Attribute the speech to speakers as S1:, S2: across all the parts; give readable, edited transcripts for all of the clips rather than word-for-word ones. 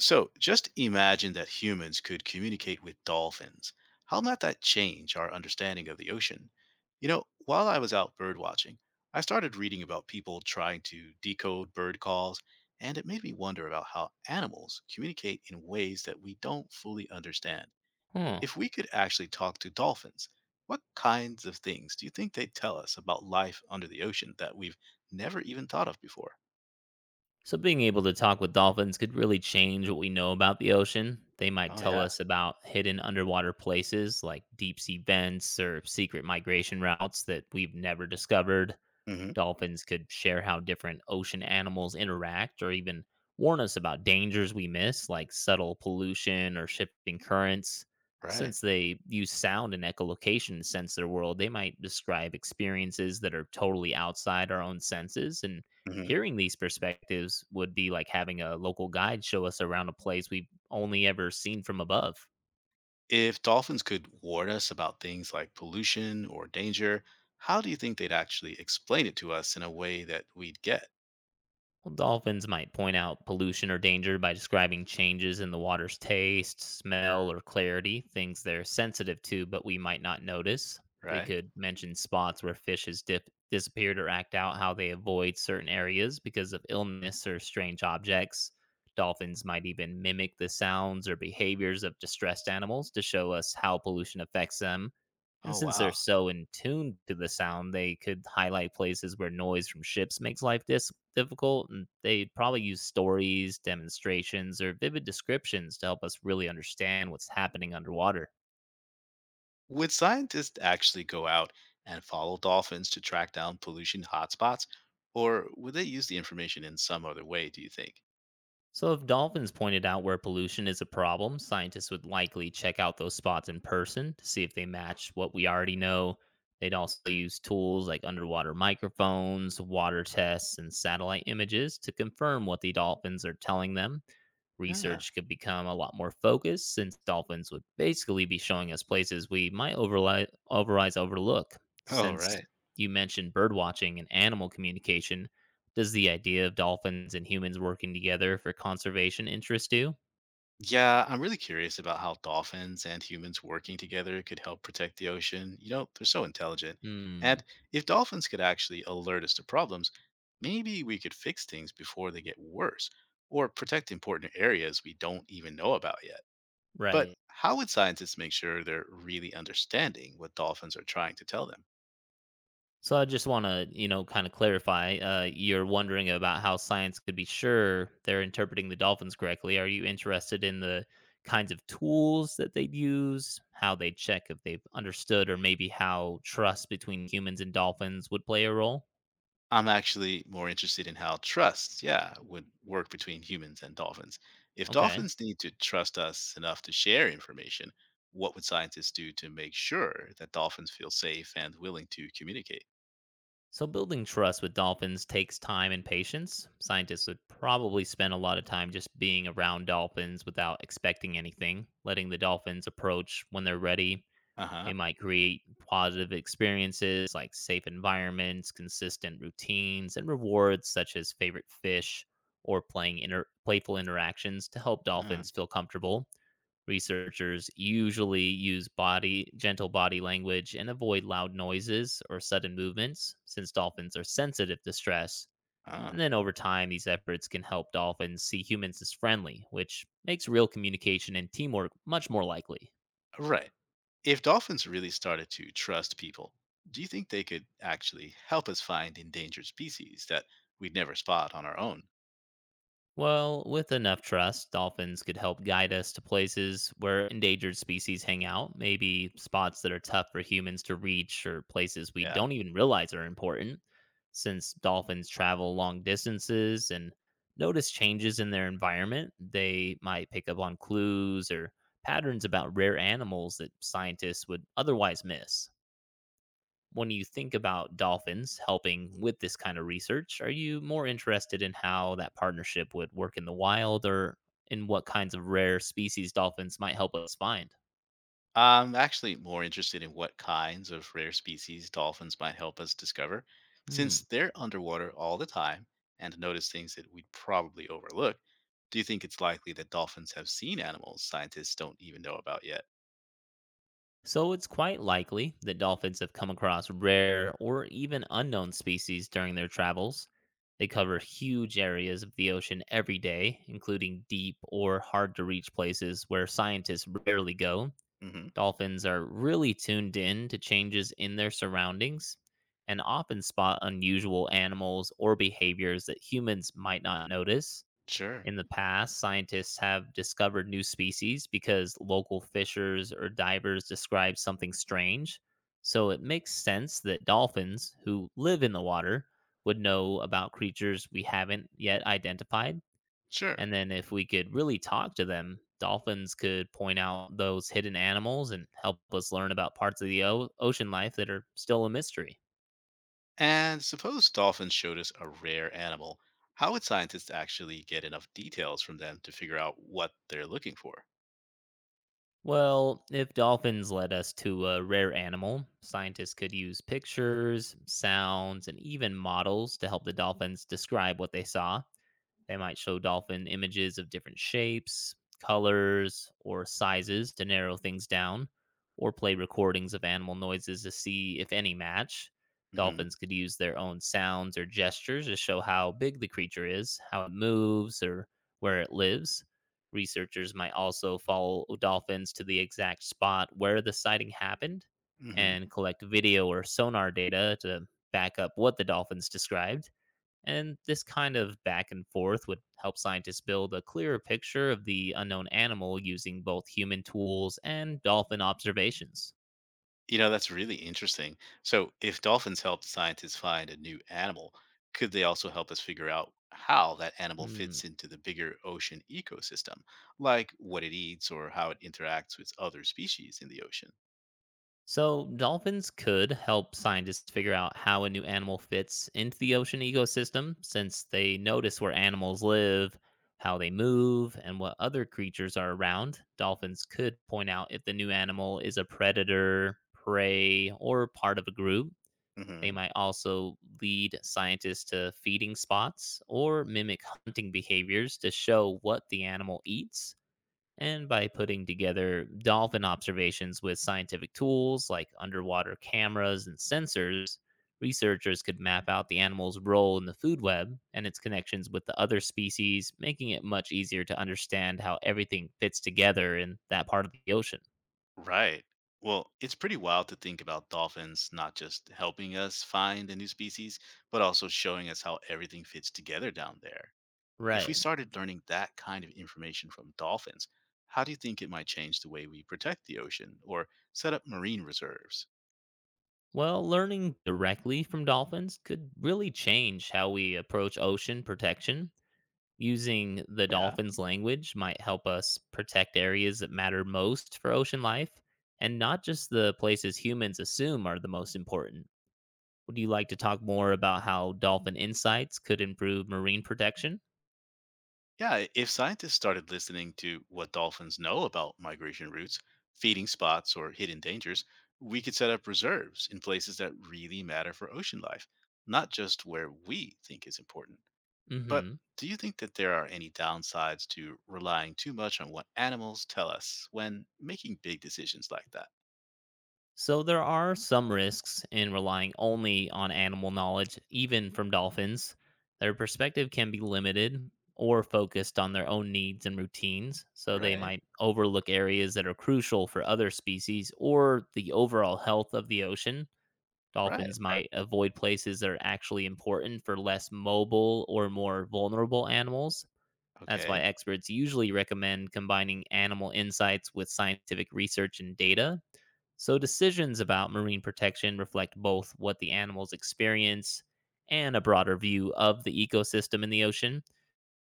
S1: So just imagine that humans could communicate with dolphins. How might that change our understanding of the ocean? You know, while I was out bird watching, I started reading about people trying to decode bird calls, and it made me wonder about how animals communicate in ways that we don't fully understand.
S2: Huh.
S1: If we could actually talk to dolphins, what kinds of things do you think they'd tell us about life under the ocean that we've never even thought of before?
S2: So being able to talk with dolphins could really change what we know about the ocean. They might
S1: Oh,
S2: tell
S1: yeah.
S2: us about hidden underwater places like deep sea vents or secret migration routes that we've never discovered.
S1: Hmm.
S2: Dolphins could share how different ocean animals interact or even warn us about dangers we miss, like subtle pollution or shifting currents.
S1: Right.
S2: Since they use sound and echolocation to sense their world, they might describe experiences that are totally outside our own senses. And hearing these perspectives would be like having a local guide show us around a place we've only ever seen from above.
S1: If dolphins could warn us about things like pollution or danger, how do you think they'd actually explain it to us in a way that we'd get,
S2: Well, dolphins might point out pollution or danger by describing changes in the water's taste, smell, or clarity, things they're sensitive to but we might not notice. They
S1: right?
S2: could mention spots where fish has disappeared or act out how they avoid certain areas because of illness or strange objects. Dolphins might even mimic the sounds or behaviors of distressed animals to show us how pollution affects them. And
S1: Oh,
S2: since they're
S1: wow.
S2: so in tune to the sound, they could highlight places where noise from ships makes life difficult. And they'd probably use stories, demonstrations, or vivid descriptions to help us really understand what's happening underwater.
S1: Would scientists actually go out and follow dolphins to track down pollution hotspots, or would they use the information in some other way, do you think?
S2: So, if dolphins pointed out where pollution is a problem, scientists would likely check out those spots in person to see if they match what we already know. They'd also use tools like underwater microphones, water tests, and satellite images to confirm what the dolphins are telling them.
S1: Yeah.
S2: Research could become a lot more focused since dolphins would basically be showing us places we might otherwise overlook.
S1: Oh,
S2: Since
S1: right.
S2: you mentioned bird watching and animal communication, does the idea of dolphins and humans working together for conservation interest you?
S1: Yeah, I'm really curious about how dolphins and humans working together could help protect the ocean. You know, they're so intelligent.
S2: Hmm,
S1: And if dolphins could actually alert us to problems, maybe we could fix things before they get worse or protect important areas we don't even know about yet. But
S2: right.
S1: how would scientists make sure they're really understanding what dolphins are trying to tell them?
S2: So I just want to, kind of clarify. You're wondering about how science could be sure they're interpreting the dolphins correctly. Are you interested in the kinds of tools that they'd use, how they check if they've understood, or maybe how trust between humans and dolphins would play a role?
S1: I'm actually more interested in how trust, yeah, would work between humans and dolphins. If
S2: Okay.
S1: dolphins need to trust us enough to share information, what would scientists do to make sure that dolphins feel safe and willing to communicate?
S2: So, building trust with dolphins takes time and patience. Scientists would probably spend a lot of time just being around dolphins without expecting anything, letting the dolphins approach when they're ready.
S1: Uh
S2: They
S1: huh.
S2: might create positive experiences like safe environments, consistent routines, and rewards such as favorite fish or playing playful interactions to help
S1: Uh,
S2: dolphins feel comfortable. Researchers usually use body gentle body language and avoid loud noises or sudden movements since dolphins are sensitive to stress.
S1: uh.
S2: And then over time, these efforts can help dolphins see humans as friendly, which makes real communication and teamwork much more likely.
S1: Right. If dolphins really started to trust people, do you think they could actually help us find endangered species that we'd never spot on our own?
S2: Well, with enough trust, dolphins could help guide us to places where endangered species hang out, maybe spots that are tough for humans to reach or places we
S1: Yeah.
S2: don't even realize are important. Since dolphins travel long distances and notice changes in their environment, they might pick up on clues or patterns about rare animals that scientists would otherwise miss. When you think about dolphins helping with this kind of research, are you more interested in how that partnership would work in the wild or in what kinds of rare species dolphins might help us find?
S1: I'm actually more interested in what kinds of rare species dolphins might help us discover,
S2: Hmm.
S1: since they're underwater all the time and notice things that we'd probably overlook. Do you think it's likely that dolphins have seen animals scientists don't even know about yet?
S2: So it's quite likely that dolphins have come across rare or even unknown species during their travels. They cover huge areas of the ocean every day, including deep or hard to reach places where scientists rarely go.
S1: Hmm.
S2: Dolphins are really tuned in to changes in their surroundings and often spot unusual animals or behaviors that humans might not notice.
S1: Sure,
S2: In the past, scientists have discovered new species because local fishers or divers describe something strange. So it makes sense that dolphins, who live in the water, would know about creatures we haven't yet identified.
S1: sure.
S2: And then if we could really talk to them, dolphins could point out those hidden animals and help us learn about parts of the ocean life that are still a mystery.
S1: And suppose dolphins showed us a rare animal. How would scientists actually get enough details from them to figure out what they're looking for?
S2: Well, if dolphins led us to a rare animal, scientists could use pictures, sounds, and even models to help the dolphins describe what they saw. They might show dolphin images of different shapes, colors, or sizes to narrow things down, or play recordings of animal noises to see if any match.
S1: Hmm.
S2: Dolphins could use their own sounds or gestures to show how big the creature is, how it moves, or where it lives. Researchers might also follow dolphins to the exact spot where the sighting happened
S1: Hmm.
S2: and collect video or sonar data to back up what the dolphins described. And this kind of back and forth would help scientists build a clearer picture of the unknown animal using both human tools and dolphin observations.
S1: You know, that's really interesting. So, if dolphins helped scientists find a new animal, could they also help us figure out how that animal
S2: Hmm.
S1: fits into the bigger ocean ecosystem, like what it eats or how it interacts with other species in the ocean?
S2: So, dolphins could help scientists figure out how a new animal fits into the ocean ecosystem since they notice where animals live, how they move, and what other creatures are around. Dolphins could point out if the new animal is a predator, prey, or part of a group. They
S1: Hmm.
S2: might also lead scientists to feeding spots or mimic hunting behaviors to show what the animal eats. And by putting together dolphin observations with scientific tools like underwater cameras and sensors, researchers could map out the animal's role in the food web and its connections with the other species, making it much easier to understand how everything fits together in that part of the ocean.
S1: Right. Well, it's pretty wild to think about dolphins not just helping us find a new species, but also showing us how everything fits together down there. If we
S2: Right.
S1: started learning that kind of information from dolphins, how do you think it might change the way we protect the ocean or set up marine reserves?
S2: Well, learning directly from dolphins could really change how we approach ocean protection. Using the
S1: Yeah.
S2: dolphins' language might help us protect areas that matter most for ocean life and not just the places humans assume are the most important. Would you like to talk more about how dolphin insights could improve marine protection?
S1: Yeah. If scientists started listening to what dolphins know about migration routes, feeding spots, or hidden dangers, we could set up reserves in places that really matter for ocean life, not just where we think is important. But
S2: Mhm.
S1: do you think that there are any downsides to relying too much on what animals tell us when making big decisions like that?
S2: So there are some risks in relying only on animal knowledge, even from dolphins. Their perspective can be limited or focused on their own needs and routines, so they
S1: Right.
S2: might overlook areas that are crucial for other species or the overall health of the ocean.
S1: Right.
S2: Dolphins, right, might avoid places that are actually important for less mobile or more vulnerable animals. That's why
S1: Okay.
S2: experts usually recommend combining animal insights with scientific research and data, so decisions about marine protection reflect both what the animals experience and a broader view of the ecosystem in the ocean.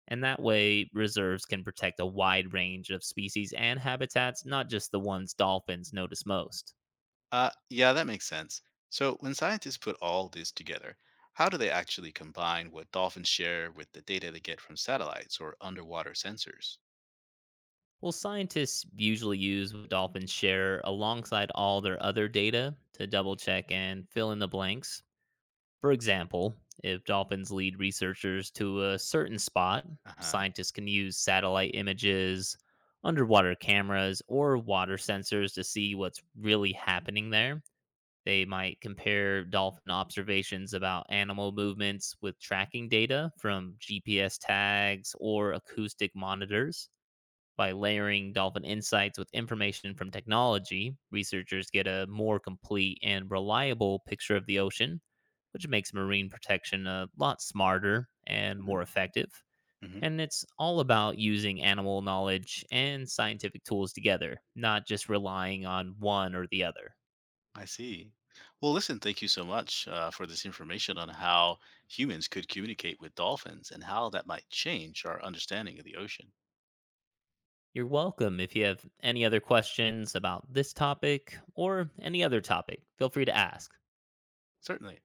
S2: And that way, reserves can protect a wide range of species and habitats, not just the ones dolphins notice most.
S1: Yeah, that makes sense. So, when scientists put all this together, how do they actually combine what dolphins share with the data they get from satellites or underwater sensors?
S2: Well, scientists usually use what dolphins share alongside all their other data to double check and fill in the blanks. For example, if dolphins lead researchers to a certain spot,
S1: Uh huh.
S2: scientists can use satellite images, underwater cameras, or water sensors to see what's really happening there. They might compare dolphin observations about animal movements with tracking data from GPS tags or acoustic monitors. By layering dolphin insights with information from technology, researchers get a more complete and reliable picture of the ocean, which makes marine protection a lot smarter and
S1: Mhm.
S2: more effective.
S1: Hmm.
S2: And it's all about using animal knowledge and scientific tools together, not just relying on one or the other.
S1: I see. Well, listen, thank you so much for this information on how humans could communicate with dolphins and how that might change our understanding of the ocean.
S2: You're welcome. If you have any other questions about this topic or any other topic, feel free to ask.
S1: Certainly.